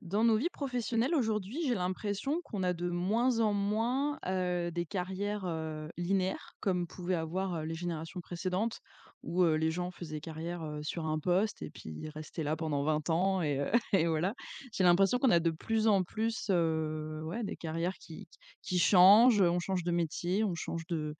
Dans nos vies professionnelles aujourd'hui, j'ai l'impression qu'on a de moins en moins des carrières, linéaires comme pouvaient avoir, les générations précédentes où, les gens faisaient carrière, sur un poste et puis ils restaient là pendant 20 ans et et voilà. J'ai l'impression qu'on a de plus en plus, ouais, des carrières qui changent, on change de métier, on change de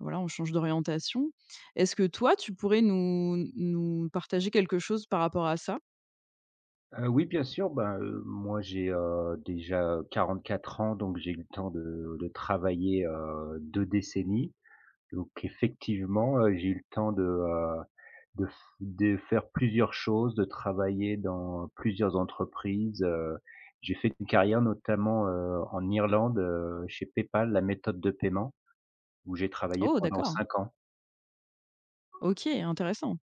voilà, on change d'orientation. Est-ce que toi, tu pourrais nous nous partager quelque chose par rapport à ça? Oui, bien sûr. Ben, moi j'ai, déjà quatre ans, donc j'ai eu le temps de travailler, 2 décennies. Donc effectivement, j'ai eu le temps de faire plusieurs choses, de travailler dans plusieurs entreprises. J'ai fait une carrière notamment, en Irlande, chez PayPal, la méthode de paiement, où j'ai travaillé Oh pendant d'accord, 5 ans. OK, intéressant.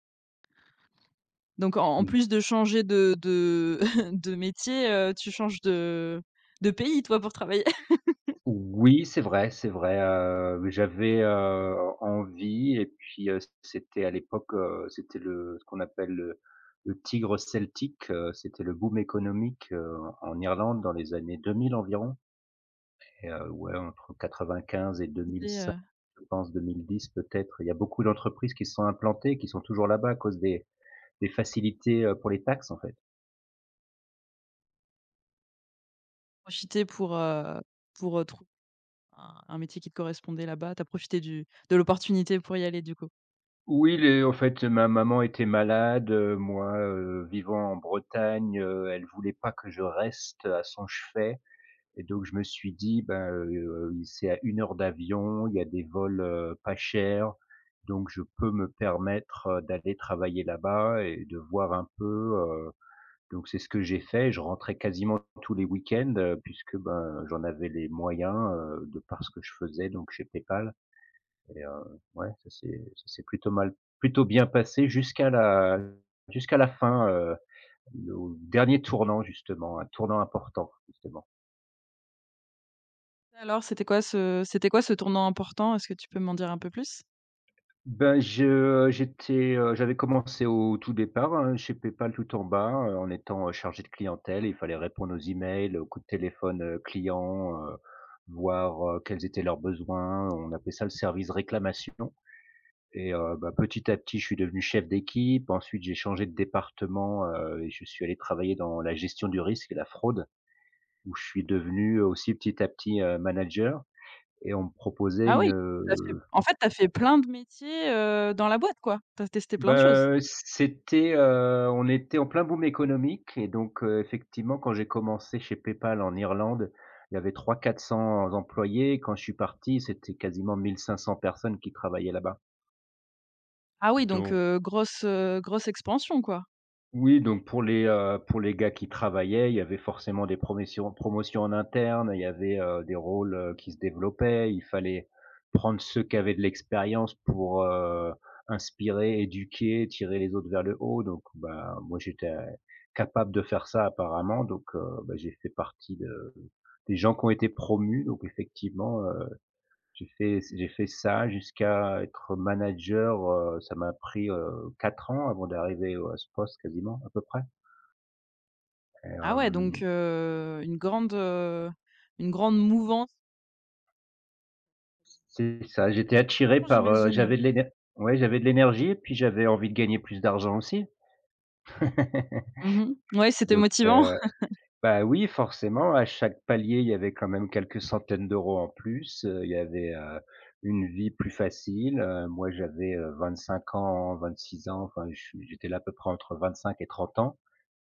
Donc en plus de changer de de métier, tu changes de pays toi pour travailler? Oui, c'est vrai, j'avais, envie et puis, c'était à l'époque, c'était le ce qu'on appelle le tigre celtique, c'était le boom économique, en Irlande dans les années 2000 environ, et ouais, entre 95 et Et 2005, heu, je pense 2010 peut-être. Il y a beaucoup d'entreprises qui se sont implantées, qui sont toujours là-bas à cause des facilités, pour les taxes, en fait. profiter pour, trouver un métier qui te correspondait là-bas, tu as profité du de l'opportunité pour y aller du coup? Oui, les en fait, ma maman était malade, moi, vivant en Bretagne, elle voulait pas que je reste à son chevet, et donc je me suis dit: «Ben, c'est à une heure d'avion, il y a des vols, pas chers, donc je peux me permettre, d'aller travailler là-bas et de voir un peu», donc c'est ce que j'ai fait. Je rentrais quasiment tous les week-ends, puisque, ben, j'en avais les moyens, de par ce que je faisais donc chez PayPal. Et ouais, ça s'est plutôt bien passé jusqu'à la fin, au dernier tournant justement, un tournant important justement. Alors c'était quoi ce tournant important? Est-ce que tu peux m'en dire un peu plus? Ben, j'avais commencé au tout départ, hein, chez PayPal tout en bas, en étant, chargé de clientèle. Il fallait répondre aux emails, aux coups de téléphone, clients, voir, quels étaient leurs besoins. On appelait ça le service réclamation. Et bah, petit à petit, je suis devenu chef d'équipe. Ensuite, j'ai changé de département, et je suis allé travailler dans la gestion du risque et la fraude, où je suis devenu aussi petit à petit, manager, et on me proposait Ah oui, tu fait en fait tu as fait plein de métiers, dans la boîte quoi? Tu as testé plein de choses? bah, c'était, on était en plein boom économique, et donc effectivement, quand j'ai commencé chez PayPal en Irlande, il y avait trois quatre cents employés. Quand je suis parti, c'était quasiment 1 500 personnes qui travaillaient là-bas. Ah oui donc, Donc grosse expansion quoi? oui, donc pour les gars qui travaillaient, il y avait forcément des promotions en interne, il y avait, des rôles, qui se développaient. Il fallait prendre ceux qui avaient de l'expérience pour, inspirer, éduquer, tirer les autres vers le haut. Donc bah, moi j'étais capable de faire ça apparemment, donc bah, j'ai fait partie de des gens qui ont été promus. Donc effectivement, j'ai fait ça jusqu'à être manager, ça m'a pris, 4 ans avant d'arriver à ce poste quasiment, à peu près. Ah ouais donc, Hem, une grande mouvance. Tu c'est vachement ça, tes j'étais capacités attiré d'adaptation, par, j'imagine? j'avais de l'éner ouais, j'avais de l'énergie et puis j'avais envie de gagner plus d'argent aussi. Mmh mh. Ouais, c'était Donc motivant. Bah, oui, forcément, à chaque palier, il y avait quand même quelques centaines d'euros en plus, il y avait, une vie plus facile. Moi j'avais, 25 ans, 26 ans, enfin, je suis j'étais là à peu près entre 25 et 30 ans,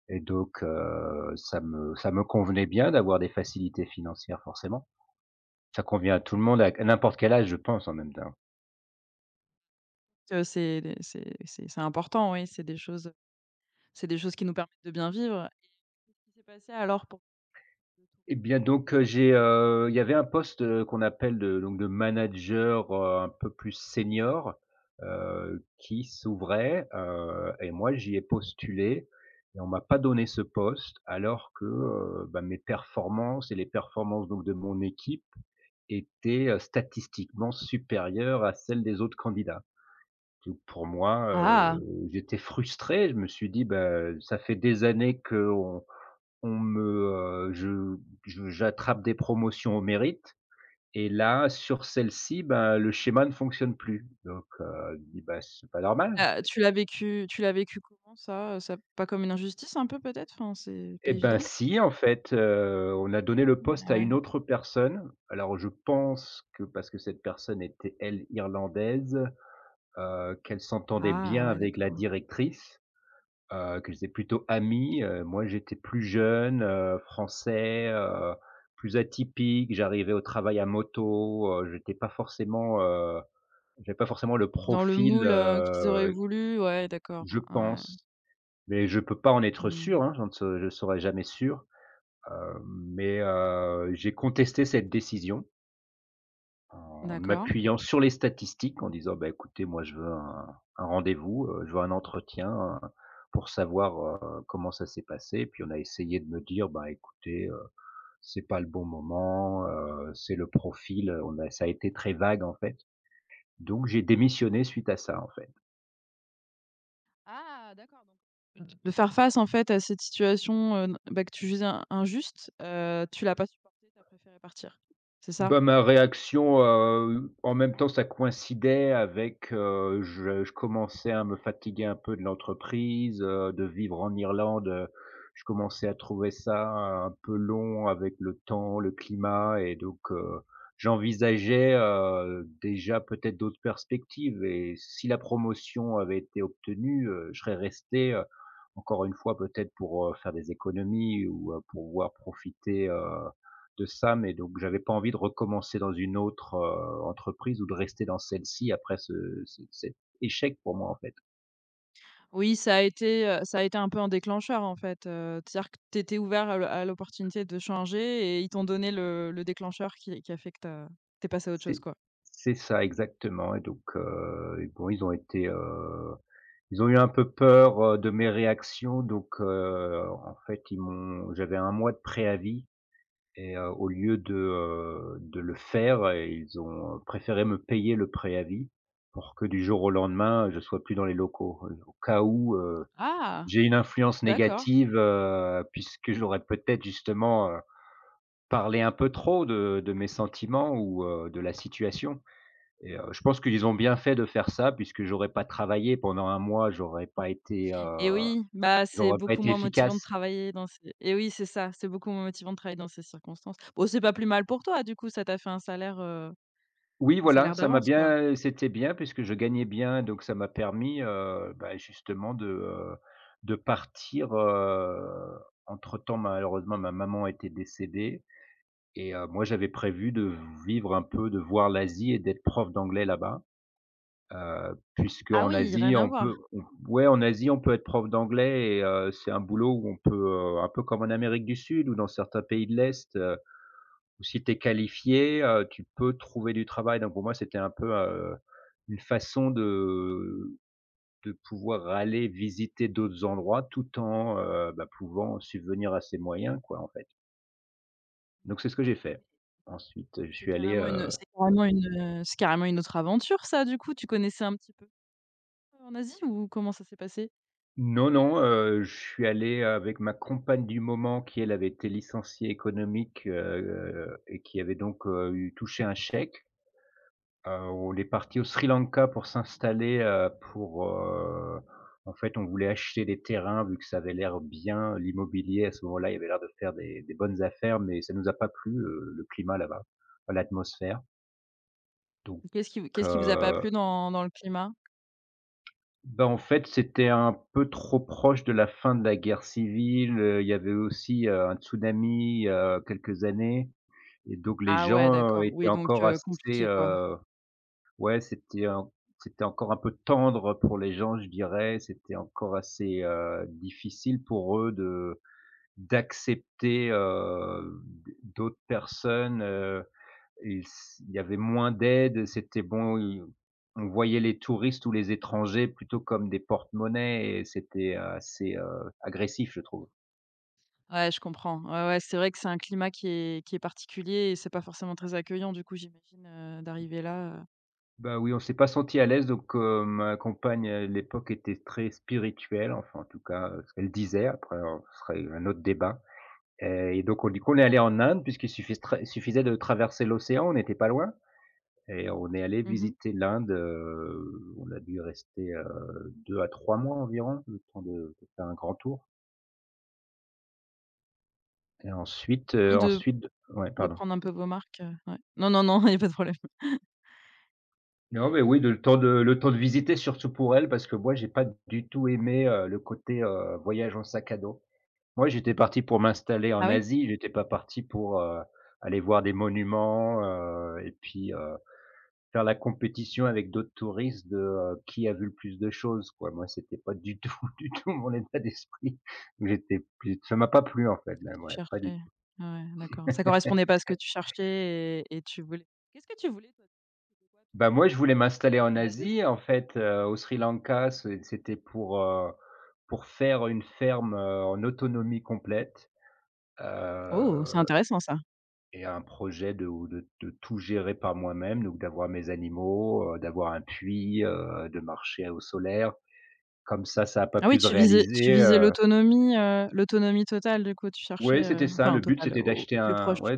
et donc ça me convenait bien d'avoir des facilités financières forcément. Ça convient à tout le monde à q à n'importe quel âge, je pense, en même temps. C'est important, oui, c'est des choses qui nous permettent de bien vivre. Qu'est-ce qui s'est passé alors pour le tournant? Eh bien donc, il y avait un poste, qu'on appelle de manager, un peu plus senior, qui s'ouvrait, et moi j'y ai postulé, et on m'a pas donné ce poste alors que, bah, mes performances et les performances donc de mon équipe étaient, statistiquement supérieures à celles des autres candidats. Donc pour moi, Ah! J'étais frustré, je me suis dit: «Bah, ça fait des années qu'on on me, je j'attrape des promotions au mérite, et là, sur celle-ci, ben, le schéma ne fonctionne plus. Donc, je dis: «Bah, c'est pas normal». Tu l'as Ah, vécu tu l'as vécu tu l'as vécu comment ça? Ça pas comme une injustice un peu peut-être? Enfin, c'est pas Et ben, évident? si, en fait, on a donné le poste Ah à ouais. une autre personne. Alors je pense que parce que cette personne était, elle, irlandaise, qu'elle s'entendait Ah bien ouais, avec la d'accord. directrice. Que j'étais plutôt ami, moi j'étais plus jeune, français, plus atypique, j'arrivais au travail à moto, j'avais pas forcément le Dans le profil, moule, qu'ils auraient voulu, ouais, d'accord. je Ouais. pense, mais je peux pas en être Mmh. sûr, hein, je ne se je serai jamais sûr, mais j'ai contesté cette décision. En D'accord. m'appuyant sur les statistiques, en disant: «Bah, écoutez, moi, je veux un rendez-vous, je veux un entretien, pour savoir, comment ça s'est passé». Puis on a essayé de me dire: «Bah, écoutez, c'est pas le bon moment, c'est le profil», on a ça a été très vague, en fait. Donc j'ai démissionné suite à ça, en fait. Ah d'accord, donc de faire face, en fait, à cette situation, bah, que tu juges in injuste, tu l'as pas supporté, tu as préféré partir, c'est ça? Bah, ma réaction, en même temps, ça coïncidait avec, je commençais à me fatiguer un peu de l'entreprise, de vivre en Irlande, je commençais à trouver ça un peu long avec le temps, le climat, et donc j'envisageais, déjà peut-être d'autres perspectives, et si la promotion avait été obtenue, je serais resté, encore une fois peut-être pour, faire des économies ou, pour pouvoir profiter, de ça, mais donc j'avais pas envie de recommencer dans une autre, entreprise, ou de rester dans celle-ci après ce ce cet échec pour moi, en fait. Oui, ça a été un peu un déclencheur, en fait, c'est-à-dire que tu étais ouvert à l'opportunité de changer et ils t'ont donné le déclencheur qui a fait que tu as passé à autre chose, C'est quoi. c'est ça exactement, et donc et bon, ils ont été, ils ont eu un peu peur, de mes réactions, donc en fait, ils m'ont j'avais un mois de préavis, et au lieu de le faire, ils ont préféré me payer le préavis pour que du jour au lendemain, je sois plus dans les locaux, au cas où, heu, Ah! J'ai une influence D'accord. négative, puisque j'aurais peut-être justement, parlé un peu trop de mes sentiments, ou, de la situation, et je pense qu'ils ont bien fait de faire ça puisque j'aurais pas travaillé pendant un mois, Et oui, bah, c'est j'aurais pas beaucoup été moins motivant de efficace. travailler dans ces et oui, c'est ça, c'est beaucoup moins motivant de travailler dans ces circonstances. Bon, c'est pas plus mal pour toi, du coup, ça t'a fait Oui, un voilà, salaire ça m'a d'avance, quoi. bien c'était bien puisque je gagnais bien, donc ça m'a permis, bah, justement de partir, entre temps malheureusement ma maman était décédée. Et moi, j'avais prévu de vivre un peu, de voir l'Asie et d'être prof d'anglais là-bas. Puisque Ah en oui, rien Asie, à on voir. peut on Ouais, en Asie, on peut être prof d'anglais, et c'est un boulot où on peut, un peu comme en Amérique du Sud ou dans certains pays de l'Est, où si tu es qualifié, tu peux trouver du travail. Donc pour moi, c'était un peu, une façon de pouvoir aller visiter d'autres endroits tout en, bah, pouvant subvenir à ses moyens quoi, en fait. Donc c'est ce que j'ai fait. Ensuite, je C'est suis allécarrément une c'est carrément une, c'est carrément une autre aventure ça du coup? Tu connaissais un petit peu en Asie ou comment ça s'est passé? Non, non, je suis allé avec ma compagne du moment qui elle avait été licenciée économique, et qui avait donc, eu touché un chèque. On est parti au Sri Lanka pour s'installer, en fait, on voulait acheter des terrains vu que ça avait l'air bien, l'immobilier à ce moment-là, il avait l'air de faire des bonnes affaires, mais ça nous a pas plu, le climat là-bas, l'atmosphère, donc Qu'est-ce qui vous a pas euh, plu dans le climat? bah, en fait, c'était un peu trop proche de la fin de la guerre civile, il y avait aussi, un tsunami il quelques années, et donc les Ah ouais gens, d'accord, étaient oui donc encore assez, compliqué quoi. heu, ouais, c'était encore un peu tendre pour les gens, je dirais. C'était encore assez, difficile pour eux de d'accepter, d'autres personnes, et s il y avait moins d'aide, c'était bon, i on voyait les touristes ou les étrangers plutôt comme des porte-monnaie, et c'était assez, agressif, je trouve. Ouais, je comprends. Ouais, ouais, c'est vrai que c'est un climat qui est particulier et c'est pas forcément très accueillant du coup j'imagine, d'arriver là, Bah, oui, on s'est pas senti à l'aise, donc, ma compagne, à l'époque, était très spirituelle, enfin, en tout cas, ce qu'elle disait, après, on ce serait un autre débat, et donc on dit qu'on est allé en Inde puisqu'il suffis tr suffisait de traverser l'océan, on n'était pas loin. Et on est allé mmh, visiter l'Inde, on a dû rester, 2 à 3 mois environ, le temps de faire un grand tour, et ensuite, et de ouais, de pardon. prendre un peu vos marques, ouais. Non, non, non, il y a pas de problème. Non, mais oui, de le temps de le temps de visiter surtout pour elle, parce que moi j'ai pas du tout aimé, le côté, voyage en sac à dos. Moi j'étais parti pour m'installer Ah en oui? Asie, j'étais pas parti pour, aller voir des monuments, heu et puis, heu faire la compétition avec d'autres touristes de, qui a vu le plus de choses, quoi. Moi, c'était pas du tout, du tout mon état d'esprit. J'étais plus ça m'a pas plu, en fait, Que même, tu ouais, pas du cherchais. tout. Ah ouais, d'accord. Ça correspondait pas à ce que tu cherchais et tu voulais, qu'est-ce que tu voulais toi? C'était quoi ton Bah, moi, je but voulais en allant m'installer en en Asie? Asie, en fait, au Sri Lanka, c'était pour faire une ferme, en autonomie complète, Oh, c'est heu intéressant ça. et un projet de tout gérer par moi-même, donc d'avoir mes animaux, d'avoir un puits, de marcher au solaire. Comme ça a pas Ah oui, pu se tu visais tu réaliser, visais heu l'autonomie, l'autonomie totale du coup, tu cherchais, Ouais, c'était ça. enfin Le but, totale, c'était au plus proche.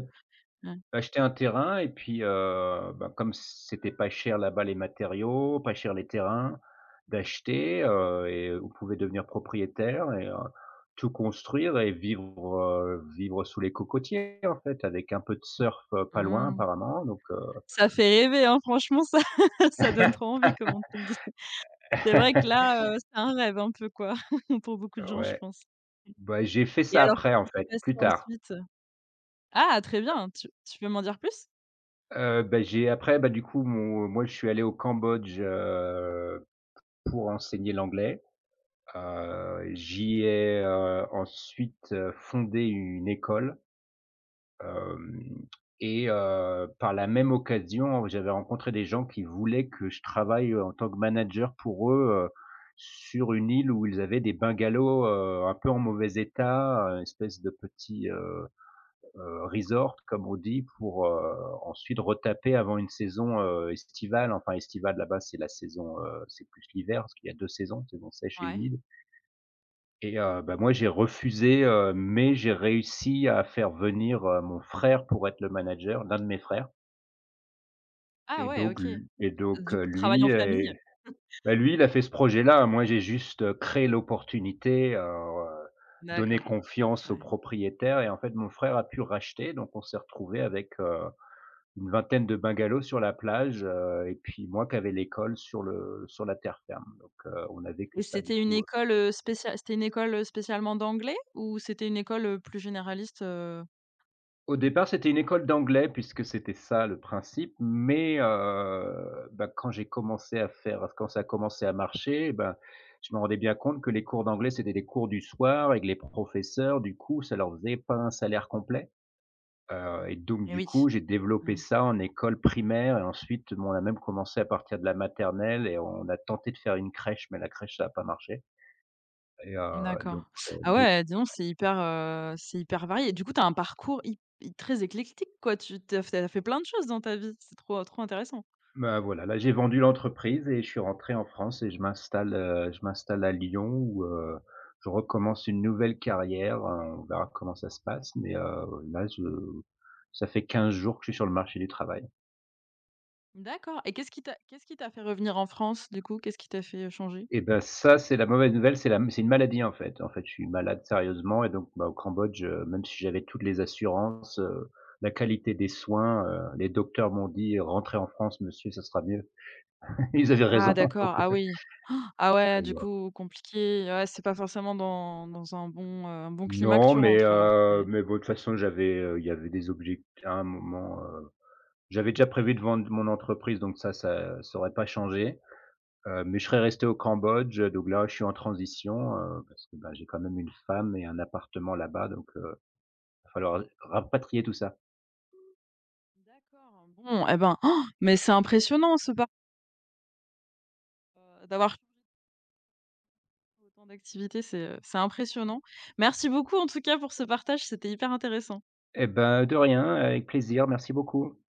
Ouais. acheter un terrain et puis, ben, comme c'était pas cher là-bas les matériaux, pas cher les terrains, d'acheter, et vous pouvez devenir propriétaire et tout construire et vivre, vivre sous les cocotiers, en fait, avec un peu de surf, pas loin Ah, apparemment ça fait rêver, hein, franchement ça ça donne trop envie comme on te le dit. C'est vrai que là, c'est un rêve un peu quoi, pour beaucoup de gens, je ouais. pense. Bah, j'ai fait Et ça alors après, qu'est-ce en qui s'est fait, passé plus tard. ensuite? Ah très bien, tu peux m'en dire plus? Du coup, je suis allé au Cambodge, pour enseigner l'anglais. J'y ai, fondé une école, hem et par la même occasion, j'avais rencontré des gens qui voulaient que je travaille, en tant que manager pour eux, sur une île où ils avaient des bungalows, un peu en mauvais état, une espèce de petit, resort comme on dit pour, ensuite retaper avant une saison, estivale. Enfin estivale là-bas, c'est la saison, c'est plus l'hiver parce qu'il y a 2 saisons, saison sèche et Ouais. humide et bah, moi j'ai refusé, mais j'ai réussi à faire venir, mon frère pour être le manager, l'un de mes frères Ah et ouais, donc OK. l et donc, Du coup, travail lui en et famille? bah, lui, il a fait ce projet-là, hein. Moi, j'ai juste, créé l'opportunité, donné D'accord, confiance au ouais. propriétaire et en fait, mon frère a pu racheter donc on s'est retrouvé avec, une vingtaine de bungalows sur la plage, et puis moi qui avais l'école sur le sur la terre ferme donc, on a vécu Et ça du c'était une coup. école, spécia c'était une école, spécialement d'anglais ou c'était une école, plus généraliste, Au départ, c'était une école d'anglais puisque c'était ça le principe, mais bah, quand ça a commencé à marcher, ben, je me rendais bien compte que les cours d'anglais, c'était des cours du soir et que les professeurs, du coup, ça leur faisait pas un salaire complet, et donc Et du oui. coup, j'ai développé Mmh. ça en école primaire et ensuite, bon, on a même commencé à partir de la maternelle et on a tenté de faire une crèche, mais la crèche, ça a pas marché et D'accord. Ah heu ouais, dis donc c'est hyper varié. Du coup, tu as un parcours hy hy très éclectique quoi, tu as fait plein de choses dans ta vie, c'est trop intéressant. bah, voilà, là j'ai vendu l'entreprise et je suis rentré en France et je m'installe à Lyon où, je recommence une nouvelle carrière, on verra comment ça se passe, mais, là je ça fait 15 jours que je suis sur le marché du travail D'accord et qu'est-ce qui t'a fait revenir en France, du coup? Qu'est-ce qui t'a fait changer? et ben ça c'est la mauvaise nouvelle, c'est une maladie en fait. En fait, je suis malade sérieusement et donc, bah, au Cambodge, même si j'avais toutes les assurances, la qualité des soins, les docteurs m'ont dit: «Rentrez en France monsieur, ça sera mieux». Ils avaient Ah raison donc, d'accord, ah oui. Ah ouais, du coup, compliqué. Ouais, c'est pas forcément dans un bon climat que non, tu rentres alors. C'est mais bon, de toute façon, j'avais, il y avait des objectifs à un moment, j'avais déjà prévu de vendre mon entreprise, donc ça, ça aurait pas changé, mais je serais resté au Cambodge, donc là, je suis en transition, parce que, bah, j'ai quand même une femme et un appartement là-bas, donc va falloir rapatrier tout ça. d'accord, bon et ben, oh, mais c'est impressionnant ce parcours, d'avoir changé autant d'activités, c'est impressionnant. Merci beaucoup en tout cas pour ce partage, c'était hyper intéressant. Et bah, de rien, avec plaisir, merci beaucoup.